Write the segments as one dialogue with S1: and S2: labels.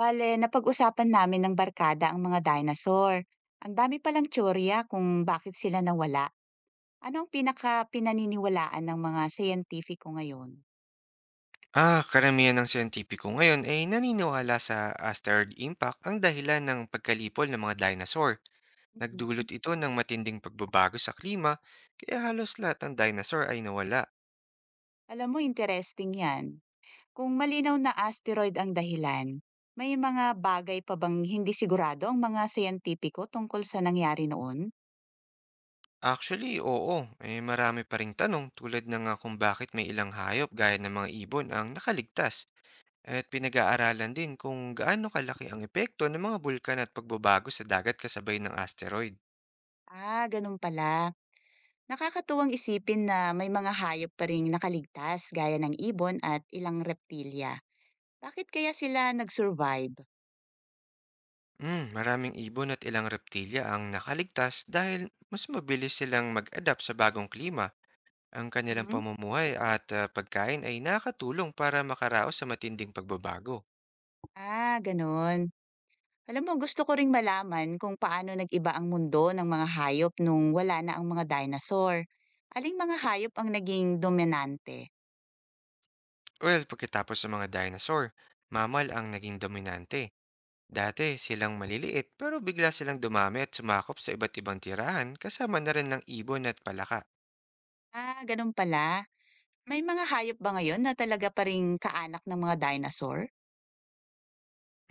S1: Bale, napag-usapan namin ng barkada ang mga dinosaur. Ang dami palang tsorya kung bakit sila nawala. Ano ang pinaka-pinaniniwalaan ng mga siyentipiko ngayon?
S2: Karamihan ng siyentipiko ngayon ay naniniwala sa asteroid impact ang dahilan ng pagkalipol ng mga dinosaur.
S1: Mhm.
S2: Nagdulot ito ng matinding pagbabago sa klima, kaya halos lahat ng dinosaur ay nawala.
S1: Alam mo, interesting yan. Kung malinaw na asteroid ang dahilan, may mga bagay pa bang hindi sigurado ang mga siyentipiko tungkol sa nangyari noon?
S2: Actually, oo, eh, marami pa ring tanong tulad ng kung bakit may ilang hayop gaya ng mga ibon ang nakaligtas. At pinag-aaralan din kung gaano kalaki ang epekto ng mga bulkan at pagbabago sa dagat kasabay ng asteroid.
S1: Ah, ganun pala. Nakakatuwang isipin na may mga hayop pa rin nakaligtas gaya ng ibon at ilang reptilya. Bakit kaya sila nag-survive?
S2: Mm, maraming ibon at ilang reptilya ang nakaligtas dahil mas mabilis silang mag-adapt sa bagong klima. Ang kanilang
S1: Mhm.
S2: pamumuhay at pagkain ay nakatulong para makaraos sa matinding pagbabago.
S1: Ah, gano'n. Alam mo, gusto ko ring malaman kung paano nag-iba ang mundo ng mga hayop nung wala na ang mga dinosaur. Aling mga hayop ang naging dominante?
S2: Well, pagkatapos sa mga dinosaur, mammal ang naging dominante. Dati silang maliliit pero bigla silang dumami at sumakop sa iba't ibang tirahan kasama na rin ng ibon at palaka.
S1: Ah, gano'n pala. May mga hayop ba ngayon na talaga pa ring kaanak ng mga dinosaur?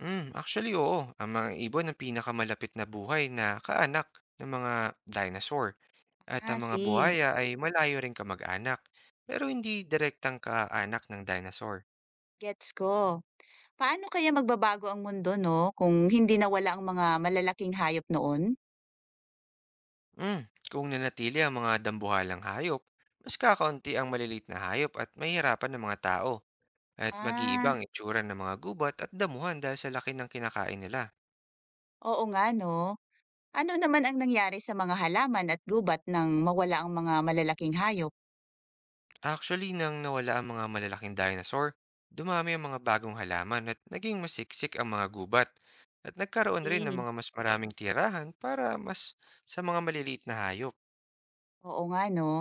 S2: Mm, actually oo, ang mga ibon ang pinakamalapit na buhay na kaanak ng mga dinosaur. At
S1: Ah,
S2: ang mga
S1: see.
S2: buhaya ay malayo ring kamag-anak, pero hindi direktang kaanak ng dinosaur.
S1: Gets ko. Paano kaya magbabago ang mundo 'no, kung hindi nawala ang mga malalaking hayop noon?
S2: Mm, kung nanatili ang mga dambuhalang hayop, mas kakaunti ang malilit na hayop at mahihirapan ng mga tao at mag-iiba
S1: Ah,
S2: ang itsura ng mga gubat at damuhan dahil sa laki ng kinakain nila.
S1: oo nga 'no. Ano naman ang nangyari sa mga halaman at gubat nang mawala ang mga malalaking hayop?
S2: Actually, nang nawala ang mga malalaking dinosaur, dumami ang mga bagong halaman at naging masiksik ang mga gubat at nagkaroon rin ng
S1: Kasi,
S2: mga mas maraming tirahan para mas sa mga maliliit na hayop.
S1: oo nga no.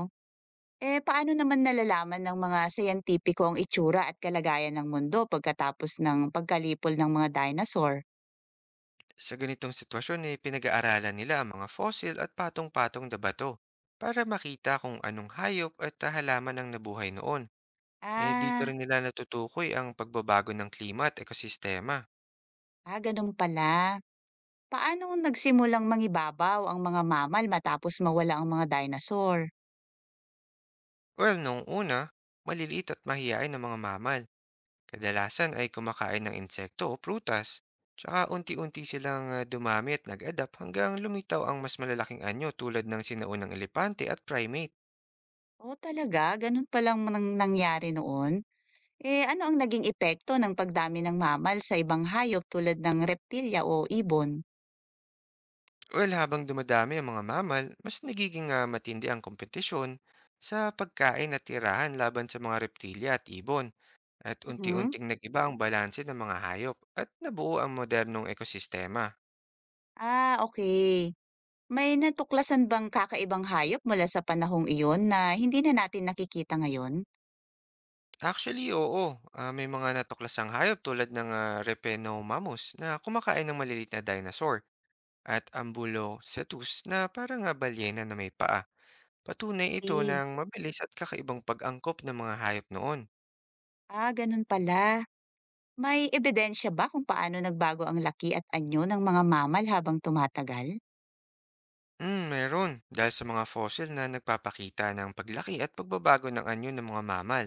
S1: Eh, paano naman nalalaman ng mga siyentipiko ang itsura at kalagayan ng mundo pagkatapos ng pagkalipol ng mga dinosaur?
S2: Sa ganitong sitwasyon ay pinag-aaralan nila ang mga fossil at patong-patong na bato para makita kung anong hayop at halaman ang nabuhay noon. Eh dito
S1: Ah,
S2: rin nila natutukoy ang pagbabago ng klima at ekosistema.
S1: ah, ganun pala. Paano nagsimulang mangibabaw ang mga mamal matapos mawala ang mga dinosaur?
S2: Well, noong una, maliliit at mahiyain ang mga mamal. Kadalasan ay kumakain ng insekto o prutas. Tsaka unti-unti silang dumami at nag-adapt hanggang lumitaw ang mas malalaking anyo tulad ng sinaunang elepante at primate.
S1: Oo talaga, ganun palang nang nangyari noon? Eh, ano ang naging epekto ng pagdami ng mammal sa ibang hayop tulad ng reptilya o ibon?
S2: Well, habang dumadami ang mga mamal, mas nagiging matindi ang kompetisyon sa pagkain at tirahan laban sa mga reptilya at ibon at
S1: Mhm.
S2: unti-unting nagiba ang balanse ng mga hayop at nabuo ang modernong ekosistema.
S1: Ah, okay. May natuklasan bang kakaibang hayop mula sa panahong iyon na hindi na natin nakikita ngayon?
S2: Actually, oo, may mga natuklasang hayop tulad ng Repenomamus na kumakain ng malilit na dinosaur at Ambulocetus na parang balyena na may paa. Patunay ito
S1: Okay.
S2: ng mabilis at kakaibang pag-angkop ng mga hayop noon.
S1: Ah, ganun pala. May ebidensya ba kung paano nagbago ang laki at anyo ng mga mamal habang tumatagal?
S2: Hmm, meron. Dahil sa mga fossil na nagpapakita ng paglaki at pagbabago ng anyo ng mga mamal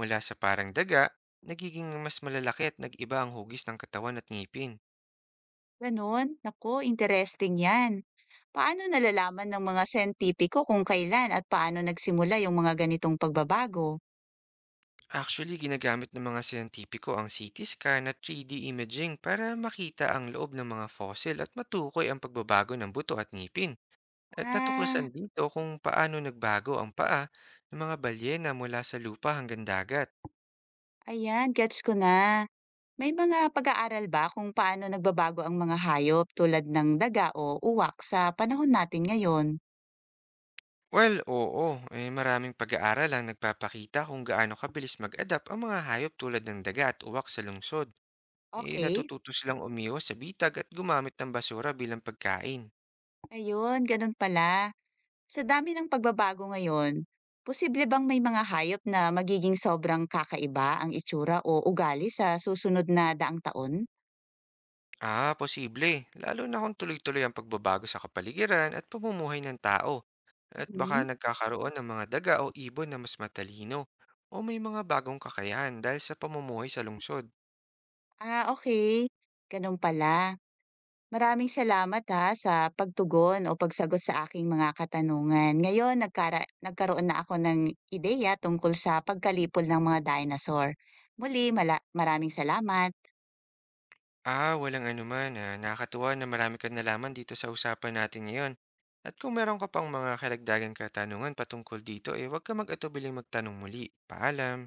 S2: mula sa parang daga, nagiging mas malalaki at nag-iba ang hugis ng katawan at ngipin.
S1: Ganun? Nako, interesting yan. Paano nalalaman ng mga sentipiko kung kailan at paano nagsimula yung mga ganitong pagbabago?
S2: Actually, ginagamit ng mga siyentipiko ang CT scan at 3D imaging para makita ang loob ng mga fossil at matukoy ang pagbabago ng buto at ngipin. At
S1: Ah,
S2: natuklasan dito kung paano nagbago ang paa ng mga balyena mula sa lupa hanggang dagat.
S1: ayan, gets ko na. May mga pag-aaral ba kung paano nagbabago ang mga hayop tulad ng daga o uwak sa panahon natin ngayon?
S2: Well, oo. Eh, maraming pag-aaral ang nagpapakita kung gaano kabilis mag-adapt ang mga hayop tulad ng daga at uwak sa lungsod. Eh,
S1: Okay,
S2: natututo silang umiwas sa bitag at gumamit ng basura bilang pagkain.
S1: ayun, ganun pala. Sa dami ng pagbabago ngayon, posible bang may mga hayop na magiging sobrang kakaiba ang itsura o ugali sa susunod na daang taon?
S2: Ah, posible. Lalo na kung tuloy-tuloy ang pagbabago sa kapaligiran at pamumuhay ng tao. At baka
S1: Mhm.
S2: nagkakaroon ng mga daga o ibon na mas matalino o may mga bagong kakayahan dahil sa pamumuhay sa lungsod.
S1: Ah, okay, ganun pala. Maraming salamat ha sa pagtugon o pagsagot sa aking mga katanungan. Ngayon, nagkaroon na ako ng ideya tungkol sa pagkalipol ng mga dinosaur. Muli, maraming salamat.
S2: Ah, walang anuman. Ah, nakakatuwa na marami kang nalaman dito sa usapan natin ngayon. At kung meron ka pang mga karagdagang katanungan patungkol dito, eh huwag ka mag-atubiling magtanong muli. Paalam!